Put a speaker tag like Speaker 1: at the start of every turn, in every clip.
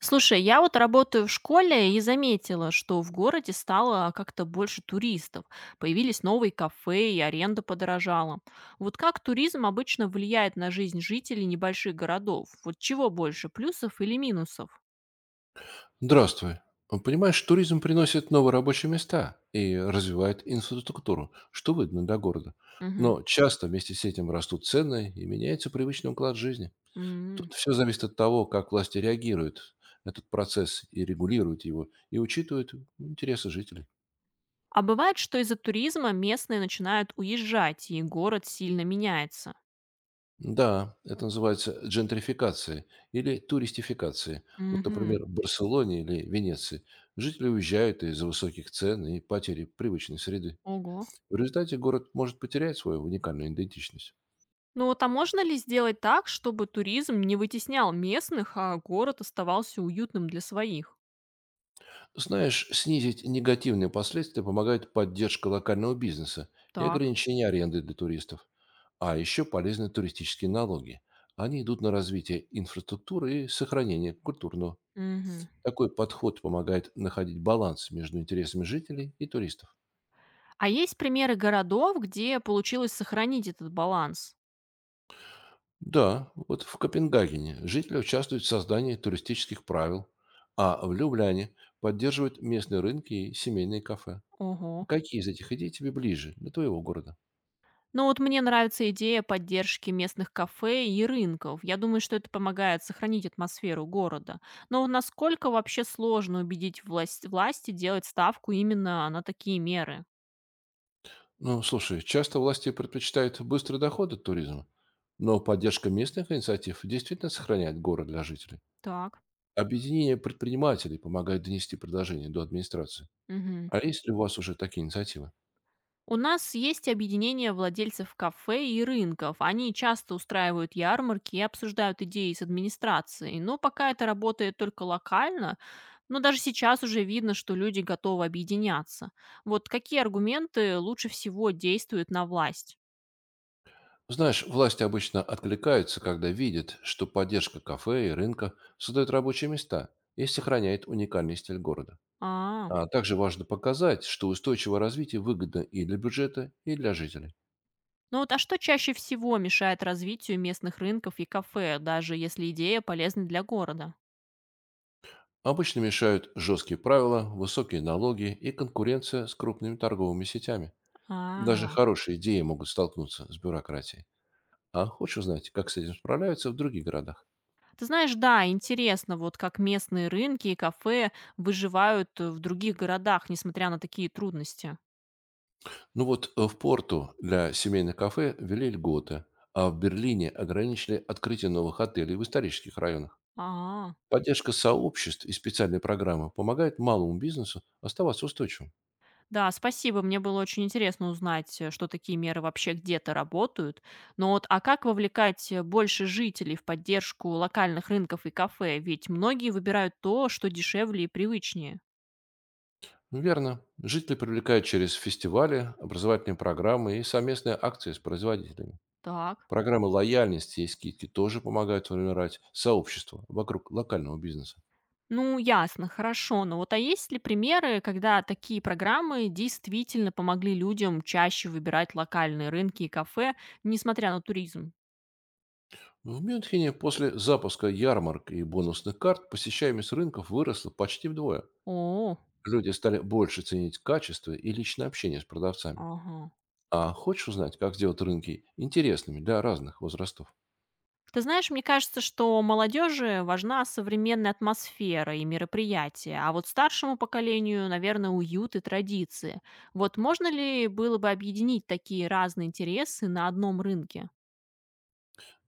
Speaker 1: Слушай, я вот работаю в школе и заметила, что в городе стало как-то больше туристов. Появились новые кафе и аренда подорожала. Вот как туризм обычно влияет на жизнь жителей небольших городов? Вот чего больше, плюсов или минусов?
Speaker 2: Здравствуй. Понимаешь, туризм приносит новые рабочие места и развивает инфраструктуру, что выгодно для города.
Speaker 1: Мгм.
Speaker 2: Но часто вместе с этим растут цены и меняется привычный уклад жизни.
Speaker 1: М.
Speaker 2: Тут все зависит от того, как власти реагируют на этот процесс и регулируют его, и учитывают интересы жителей.
Speaker 1: А бывает, что из-за туризма местные начинают уезжать, и город сильно меняется.
Speaker 2: Да, это называется джентрификация или туристификация. Вот,
Speaker 1: Мгм.
Speaker 2: например, в Барселоне или Венеции жители уезжают из-за высоких цен и потери привычной среды.
Speaker 1: Ого.
Speaker 2: В результате город может потерять свою уникальную идентичность.
Speaker 1: Ну вот, а можно ли сделать так, чтобы туризм не вытеснял местных, а город оставался уютным для своих?
Speaker 2: Знаешь, снизить негативные последствия помогает поддержка локального бизнеса и
Speaker 1: Так.
Speaker 2: ограничение аренды для туристов. А еще полезны туристические налоги. Они идут на развитие инфраструктуры и сохранение культурного.
Speaker 1: Мгм.
Speaker 2: Такой подход помогает находить баланс между интересами жителей и туристов.
Speaker 1: А есть примеры городов, где получилось сохранить этот баланс?
Speaker 2: Да, вот в Копенгагене жители участвуют в создании туристических правил, а в Любляне поддерживают местные рынки и семейные кафе.
Speaker 1: Ого.
Speaker 2: Какие из этих идей тебе ближе для твоего города?
Speaker 1: Ну вот, мне нравится идея поддержки местных кафе и рынков. Я думаю, что это помогает сохранить атмосферу города. Но вот насколько вообще сложно убедить власти делать ставку именно на такие меры?
Speaker 2: Ну, слушай, часто власти предпочитают быстрый доход от туризма, но поддержка местных инициатив действительно сохраняет город для жителей.
Speaker 1: Так.
Speaker 2: Объединение предпринимателей помогает донести предложение до администрации.
Speaker 1: Мгм.
Speaker 2: А есть ли у вас уже такие инициативы?
Speaker 1: У нас есть объединение владельцев кафе и рынков. Они часто устраивают ярмарки и обсуждают идеи с администрацией. Но пока это работает только локально, но даже сейчас уже видно, что люди готовы объединяться. Вот какие аргументы лучше всего действуют на власть?
Speaker 2: Знаешь, власти обычно откликаются, когда видят, что поддержка кафе и рынка создает рабочие места и сохраняет уникальный стиль города.
Speaker 1: А,
Speaker 2: А также важно показать, что устойчивое развитие выгодно и для бюджета, и для жителей.
Speaker 1: ну вот, а что чаще всего мешает развитию местных рынков и кафе, даже если идея полезна для города?
Speaker 2: Обычно мешают жесткие правила, высокие налоги и конкуренция с крупными торговыми сетями. Даже
Speaker 1: Ага.
Speaker 2: хорошие идеи могут столкнуться с бюрократией. А хочешь узнать, как с этим справляются в других городах?
Speaker 1: Ты знаешь, да, интересно, вот как местные рынки и кафе выживают в других городах, несмотря на такие трудности.
Speaker 2: Ну вот в Порту для семейных кафе ввели льготы, а в Берлине ограничили открытие новых отелей в исторических районах.
Speaker 1: А,
Speaker 2: Поддержка сообществ и специальные программы помогают малому бизнесу оставаться устойчивым.
Speaker 1: да, спасибо, мне было очень интересно узнать, что такие меры вообще где-то работают. Но вот, а как вовлекать больше жителей в поддержку локальных рынков и кафе? Ведь многие выбирают то, что дешевле и привычнее.
Speaker 2: Верно. Жители привлекают через фестивали, образовательные программы и совместные акции с производителями.
Speaker 1: Так.
Speaker 2: Программы лояльности и скидки тоже помогают формировать сообщество вокруг локального бизнеса.
Speaker 1: Ну, ясно, хорошо. Но вот, а есть ли примеры, когда такие программы действительно помогли людям чаще выбирать локальные рынки и кафе, несмотря на туризм?
Speaker 2: В Мюнхене после запуска ярмарок и бонусных карт посещаемость рынков выросла почти вдвое.
Speaker 1: О,
Speaker 2: Люди стали больше ценить качество и личное общение с продавцами.
Speaker 1: ага.
Speaker 2: А хочешь узнать, как сделать рынки интересными для разных возрастов?
Speaker 1: Ты знаешь, мне кажется, что молодежи важна современная атмосфера и мероприятия, а вот старшему поколению, наверное, уют и традиции. Вот можно ли было бы объединить такие разные интересы на одном рынке?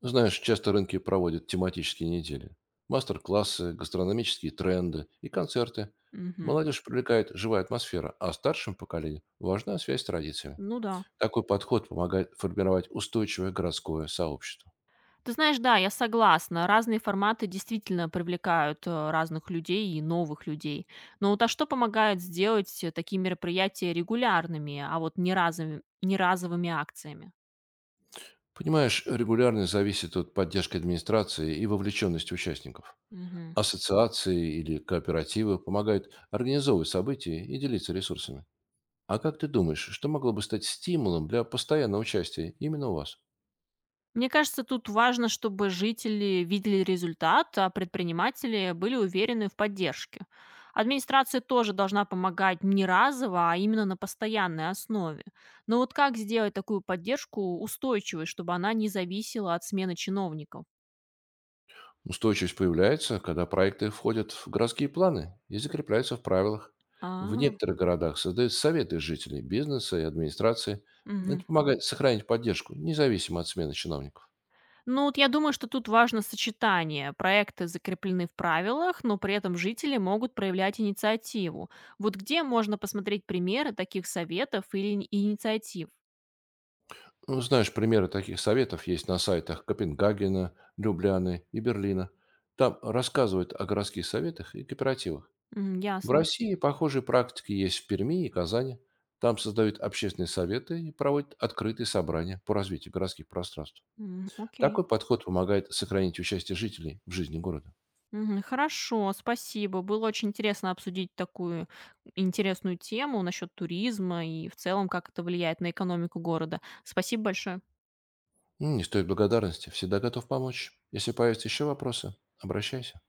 Speaker 2: Знаешь, часто рынки проводят тематические недели. Мастер-классы, гастрономические тренды и концерты.
Speaker 1: Мгм.
Speaker 2: Молодежь привлекает живая атмосфера, а старшим поколениям важна связь с традициями.
Speaker 1: Ну да.
Speaker 2: Такой подход помогает формировать устойчивое городское сообщество.
Speaker 1: Ты знаешь, да, я согласна. Разные форматы действительно привлекают разных людей и новых людей. Но вот, а что помогает сделать такие мероприятия регулярными, а вот не разовыми акциями?
Speaker 2: Понимаешь, регулярность зависит от поддержки администрации и вовлеченности участников.
Speaker 1: Мгм.
Speaker 2: Ассоциации или кооперативы помогают организовывать события и делиться ресурсами. А как ты думаешь, что могло бы стать стимулом для постоянного участия именно у вас?
Speaker 1: Мне кажется, тут важно, чтобы жители видели результат, а предприниматели были уверены в поддержке. Администрация тоже должна помогать не разово, а именно на постоянной основе. Но вот как сделать такую поддержку устойчивой, чтобы она не зависела от смены чиновников?
Speaker 2: Устойчивость появляется, когда проекты входят в городские планы и закрепляются в правилах. В
Speaker 1: А,
Speaker 2: некоторых городах создают советы жителей, бизнеса и администрации.
Speaker 1: мгм.
Speaker 2: Это помогает сохранить поддержку, независимо от смены чиновников.
Speaker 1: Ну вот, я думаю, что тут важно сочетание. Проекты закреплены в правилах, но при этом жители могут проявлять инициативу. Вот где можно посмотреть примеры таких советов или инициатив?
Speaker 2: Ну, знаешь, примеры таких советов есть на сайтах Копенгагена, Любляны и Берлина. Там рассказывают о городских советах и кооперативах.
Speaker 1: М,
Speaker 2: В
Speaker 1: ясно.
Speaker 2: России похожие практики есть в Перми и Казани. Там создают общественные советы и проводят открытые собрания по развитию городских пространств.
Speaker 1: М, окей.
Speaker 2: Такой подход помогает сохранить участие жителей в жизни города.
Speaker 1: Мгм, хорошо, спасибо. Было очень интересно обсудить такую интересную тему насчет туризма и в целом, как это влияет на экономику города. Спасибо большое.
Speaker 2: Не стоит благодарности, всегда готов помочь. Если появятся еще вопросы, обращайся.